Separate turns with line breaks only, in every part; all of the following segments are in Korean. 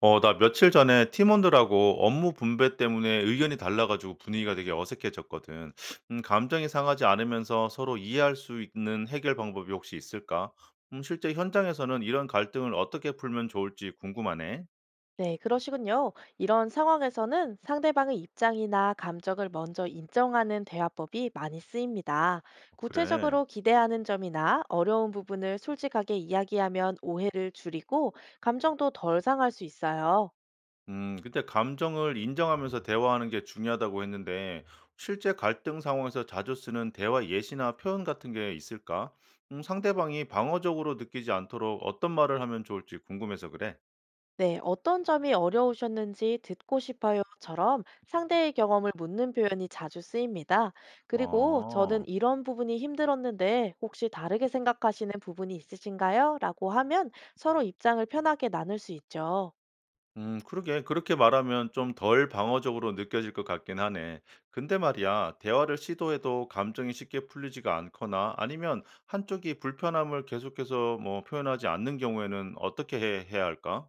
나 며칠 전에 팀원들하고 업무 분배 때문에 의견이 달라가지고 분위기가 되게 어색해졌거든. 감정이 상하지 않으면서 서로 이해할 수 있는 해결 방법이 혹시 있을까? 실제 현장에서는 이런 갈등을 어떻게 풀면 좋을지 궁금하네.
네, 그러시군요. 이런 상황에서는 상대방의 입장이나 감정을 먼저 인정하는 대화법이 많이 쓰입니다.
어, 그래.
구체적으로 기대하는 점이나 어려운 부분을 솔직하게 이야기하면 오해를 줄이고 감정도 덜 상할 수 있어요.
근데 감정을 인정하면서 대화하는 게 중요하다고 했는데, 실제 갈등 상황에서 자주 쓰는 대화 예시나 표현 같은 게 있을까? 상대방이 방어적으로 느끼지 않도록 어떤 말을 하면 좋을지 궁금해서 그래.
네, 어떤 점이 어려우셨는지 듣고 싶어요처럼 상대의 경험을 묻는 표현이 자주 쓰입니다. 그리고 저는
어.
이런 부분이 힘들었는데 혹시 다르게 생각하시는 부분이 있으신가요? 라고 하면 서로 입장을 편하게 나눌 수 있죠.
그러게. 그렇게 말하면 좀 덜 방어적으로 느껴질 것 같긴 하네. 근데 말이야, 대화를 시도해도 감정이 쉽게 풀리지가 않거나 아니면 한쪽이 불편함을 계속해서 뭐 표현하지 않는 경우에는 어떻게 해 해야 할까?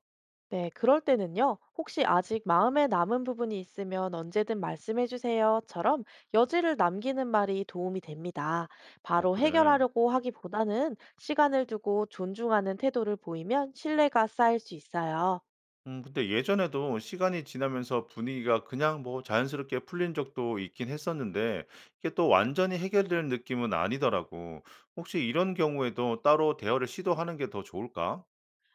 네, 그럴 때는요, 혹시 아직 마음에 남은 부분이 있으면 언제든 말씀해 주세요.처럼 여지를 남기는 말이 도움이 됩니다.
어
바로
그래.
해결하려고 하기보다는 시간을 두고 존중하는 태도를 보이면 신뢰가 쌓일 수 있어요.
근데 예전에도 시간이 지나면서 분위기가 그냥 뭐 자연스럽게 풀린 적도 있긴 했었는데 이게 또 완전히 해결될 느낌은 아니더라고. 혹시 이런 경우에도 따로 대화를 시도하는 게 더 좋을까?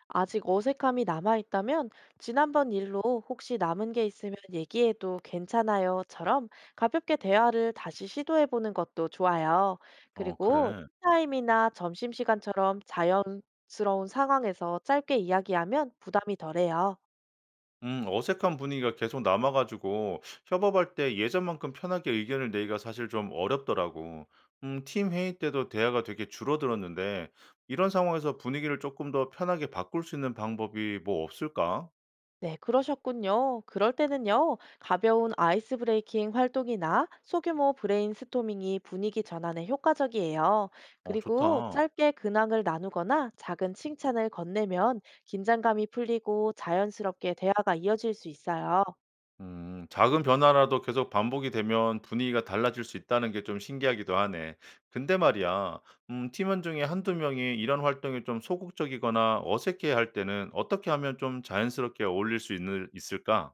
아직 어색함이 남아있다면 지난번 일로 혹시 남은 게 있으면 얘기해도 괜찮아요.처럼 가볍게 대화를 다시 시도해보는 것도 좋아요.
어
그리고
그래.
타임이나 점심시간처럼 자연스러운 상황에서 짧게 이야기하면 부담이 덜해요.
어색한 분위기가 계속 남아 가지고 협업할 때 예전만큼 편하게 의견을 내기가 사실 좀 어렵더라고. 팀 회의 때도 대화가 되게 줄어들었는데 이런 상황에서 분위기를 조금 더 편하게 바꿀 수 있는 방법이 뭐 없을까?
네, 그러셨군요. 그럴 때는요, 가벼운 아이스 브레이킹 활동이나 소규모 브레인스토밍이 분위기 전환에 효과적이에요.
어,
그리고
좋다.
짧게 근황을 나누거나 작은 칭찬을 건네면 긴장감이 풀리고 자연스럽게 대화가 이어질 수 있어요.
작은 변화라도 계속 반복이 되면 분위기가 달라질 수 있다는 게 좀 신기하기도 하네. 근데 말이야, 팀원 중에 한두 명이 이런 활동에 좀 소극적이거나 어색해 할 때는 어떻게 하면 좀 자연스럽게 어울릴 수 있을까?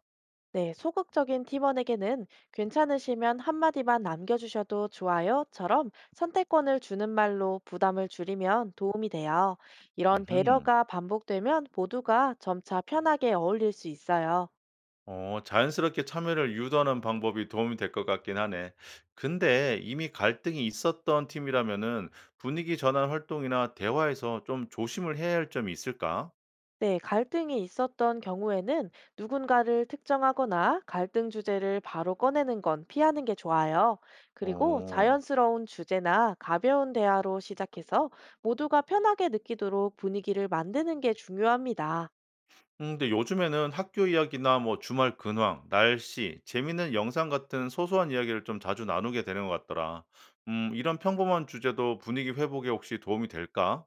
네, 소극적인 팀원에게는 괜찮으시면 한마디만 남겨주셔도 좋아요처럼 선택권을 주는 말로 부담을 줄이면 도움이 돼요. 이런
음흠.
배려가 반복되면 모두가 점차 편하게 어울릴 수 있어요.
어, 자연스럽게 참여를 유도하는 방법이 도움이 될 것 같긴 하네. 근데 이미 갈등이 있었던 팀이라면은 분위기 전환 활동이나 대화에서 좀 조심을 해야 할 점이 있을까?
네, 갈등이 있었던 경우에는 누군가를 특정하거나 갈등 주제를 바로 꺼내는 건 피하는 게 좋아요. 그리고
어.
자연스러운 주제나 가벼운 대화로 시작해서 모두가 편하게 느끼도록 분위기를 만드는 게 중요합니다.
근데 요즘에는 학교 이야기나 뭐 주말 근황, 날씨, 재밌는 영상 같은 소소한 이야기를 좀 자주 나누게 되는 것 같더라. 이런 평범한 주제도 분위기 회복에 혹시 도움이 될까?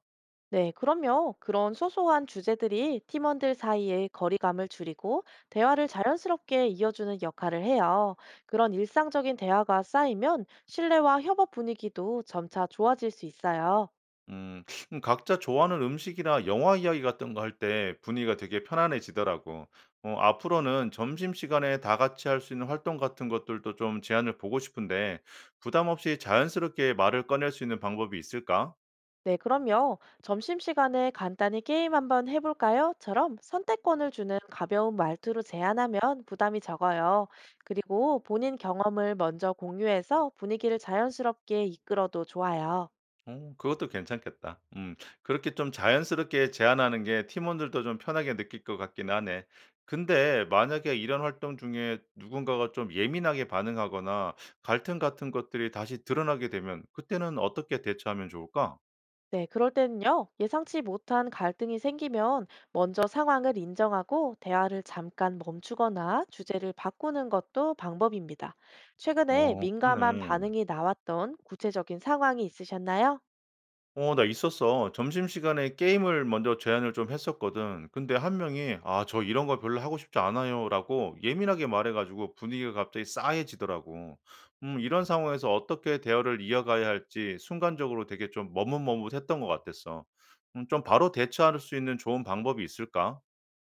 네, 그럼요. 그런 소소한 주제들이 팀원들 사이의 거리감을 줄이고 대화를 자연스럽게 이어주는 역할을 해요. 그런 일상적인 대화가 쌓이면 신뢰와 협업 분위기도 점차 좋아질 수 있어요.
음. 각자 좋아하는 음식이나 영화 이야기 같은 거 할 때 분위기가 되게 편안해지더라고. 어 앞으로는 점심시간에 다 같이 할 수 있는 활동 같은 것들도 좀 제안을 보고 싶은데 부담 없이 자연스럽게 말을 꺼낼 수 있는 방법이 있을까?
네, 그럼요. 점심시간에 간단히 게임 한번 해볼까요?처럼 선택권을 주는 가벼운 말투로 제안하면 부담이 적어요. 그리고 본인 경험을 먼저 공유해서 분위기를 자연스럽게 이끌어도 좋아요.
어 그것도 괜찮겠다. 음. 그렇게 좀 자연스럽게 제안하는 게 팀원들도 좀 편하게 느낄 것 같긴 하네. 근데 만약에 이런 활동 중에 누군가가 좀 예민하게 반응하거나 갈등 같은 것들이 다시 드러나게 되면 그때는 어떻게 대처하면 좋을까?
네, 그럴 때는요, 예상치 못한 갈등이 생기면 먼저 상황을 인정하고 대화를 잠깐 멈추거나 주제를 바꾸는 것도 방법입니다. 최근에
어,
민감한
그러네.
반응이 나왔던 구체적인 상황이 있으셨나요?
어 나 있었어. 점심시간에 게임을 먼저 제안을 좀 했었거든. 근데 한 명이 "아 저 이런 거 별로 하고 싶지 않아요."라고 예민하게 말해 가지고 분위기가 갑자기 싸해지더라고. 이런 상황에서 어떻게 대화를 이어가야 할지 순간적으로 되게 좀 머뭇머뭇했던 것 같았어. 좀 바로 대처할 수 있는 좋은 방법이 있을까?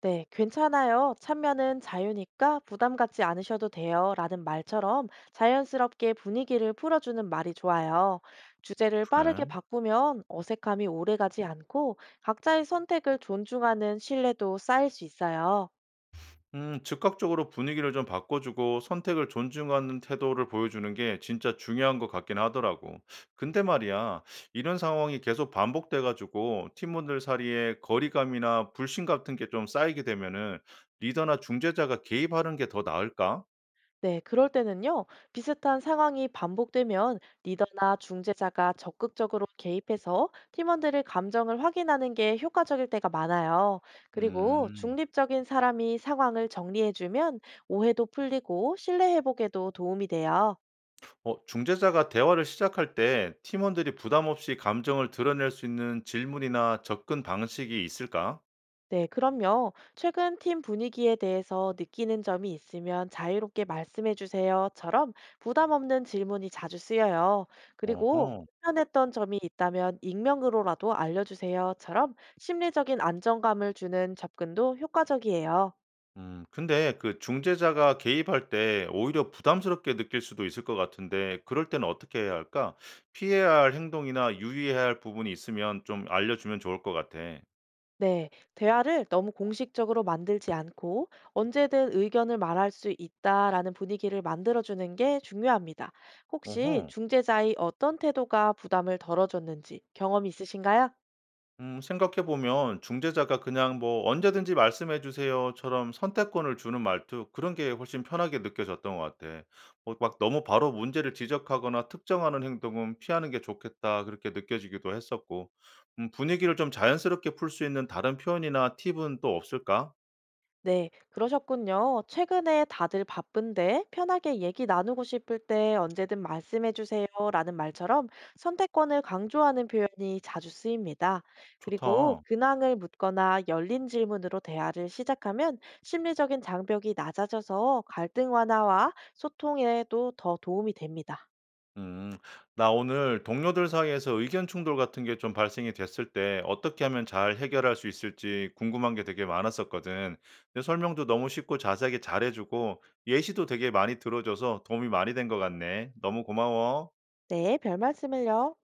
네, 괜찮아요. 참여는 자유니까 부담 갖지 않으셔도 돼요. 라는 말처럼 자연스럽게 분위기를 풀어주는 말이 좋아요. 주제를 빠르게
그래.
바꾸면 어색함이 오래가지 않고 각자의 선택을 존중하는 신뢰도 쌓일 수 있어요.
즉각적으로 분위기를 좀 바꿔주고 선택을 존중하는 태도를 보여주는 게 진짜 중요한 것 같긴 하더라고. 근데 말이야, 이런 상황이 계속 반복돼가지고 팀원들 사이에 거리감이나 불신 같은 게 좀 쌓이게 되면은 리더나 중재자가 개입하는 게 더 나을까?
네, 그럴 때는요, 비슷한 상황이 반복되면 리더나 중재자가 적극적으로 개입해서 팀원들의 감정을 확인하는 게 효과적일 때가 많아요. 그리고
음,
중립적인 사람이 상황을 정리해주면 오해도 풀리고 신뢰 회복에도 도움이 돼요.
중재자가 대화를 시작할 때 팀원들이 부담 없이 감정을 드러낼 수 있는 질문이나 접근 방식이 있을까?
네, 그럼요. 최근 팀 분위기에 대해서 느끼는 점이 있으면 자유롭게 말씀해 주세요.처럼 부담 없는 질문이 자주 쓰여요. 그리고
어허.
불편했던 점이 있다면 익명으로라도 알려주세요.처럼 심리적인 안정감을 주는 접근도 효과적이에요.
근데 그 중재자가 개입할 때 오히려 부담스럽게 느낄 수도 있을 것 같은데 그럴 때는 어떻게 해야 할까? 피해야 할 행동이나 유의해야 할 부분이 있으면 좀 알려주면 좋을 것 같아.
네, 대화를 너무 공식적으로 만들지 않고 언제든 의견을 말할 수 있다라는 분위기를 만들어주는 게 중요합니다.
어허.
혹시 중재자의 어떤 태도가 부담을 덜어줬는지 경험 있으신가요?
생각해보면 중재자가 그냥 뭐 언제든지 말씀해 주세요처럼 선택권을 주는 말투 그런 게 훨씬 편하게 느껴졌던 것 같아. 뭐 막 너무 바로 문제를 지적하거나 특정하는 행동은 피하는 게 좋겠다 그렇게 느껴지기도 했었고 분위기를 좀 자연스럽게 풀 수 있는 다른 표현이나 팁은 또 없을까?
네, 그러셨군요. 최근에 다들 바쁜데 편하게 얘기 나누고 싶을 때 언제든 말씀해 주세요 라는 말처럼 선택권을 강조하는 표현이 자주 쓰입니다. 그리고
좋다.
근황을 묻거나 열린 질문으로 대화를 시작하면 심리적인 장벽이 낮아져서 갈등 완화와 소통에도 더 도움이 됩니다.
음, 나 오늘 동료들 사이에서 의견 충돌 같은 게 좀 발생이 됐을 때 어떻게 하면 잘 해결할 수 있을지 궁금한 게 되게 많았었거든. 내 설명도 너무 쉽고 자세하게 잘해주고 예시도 되게 많이 들어줘서 도움이 많이 된 것 같네. 너무 고마워.
네, 별 말씀을요.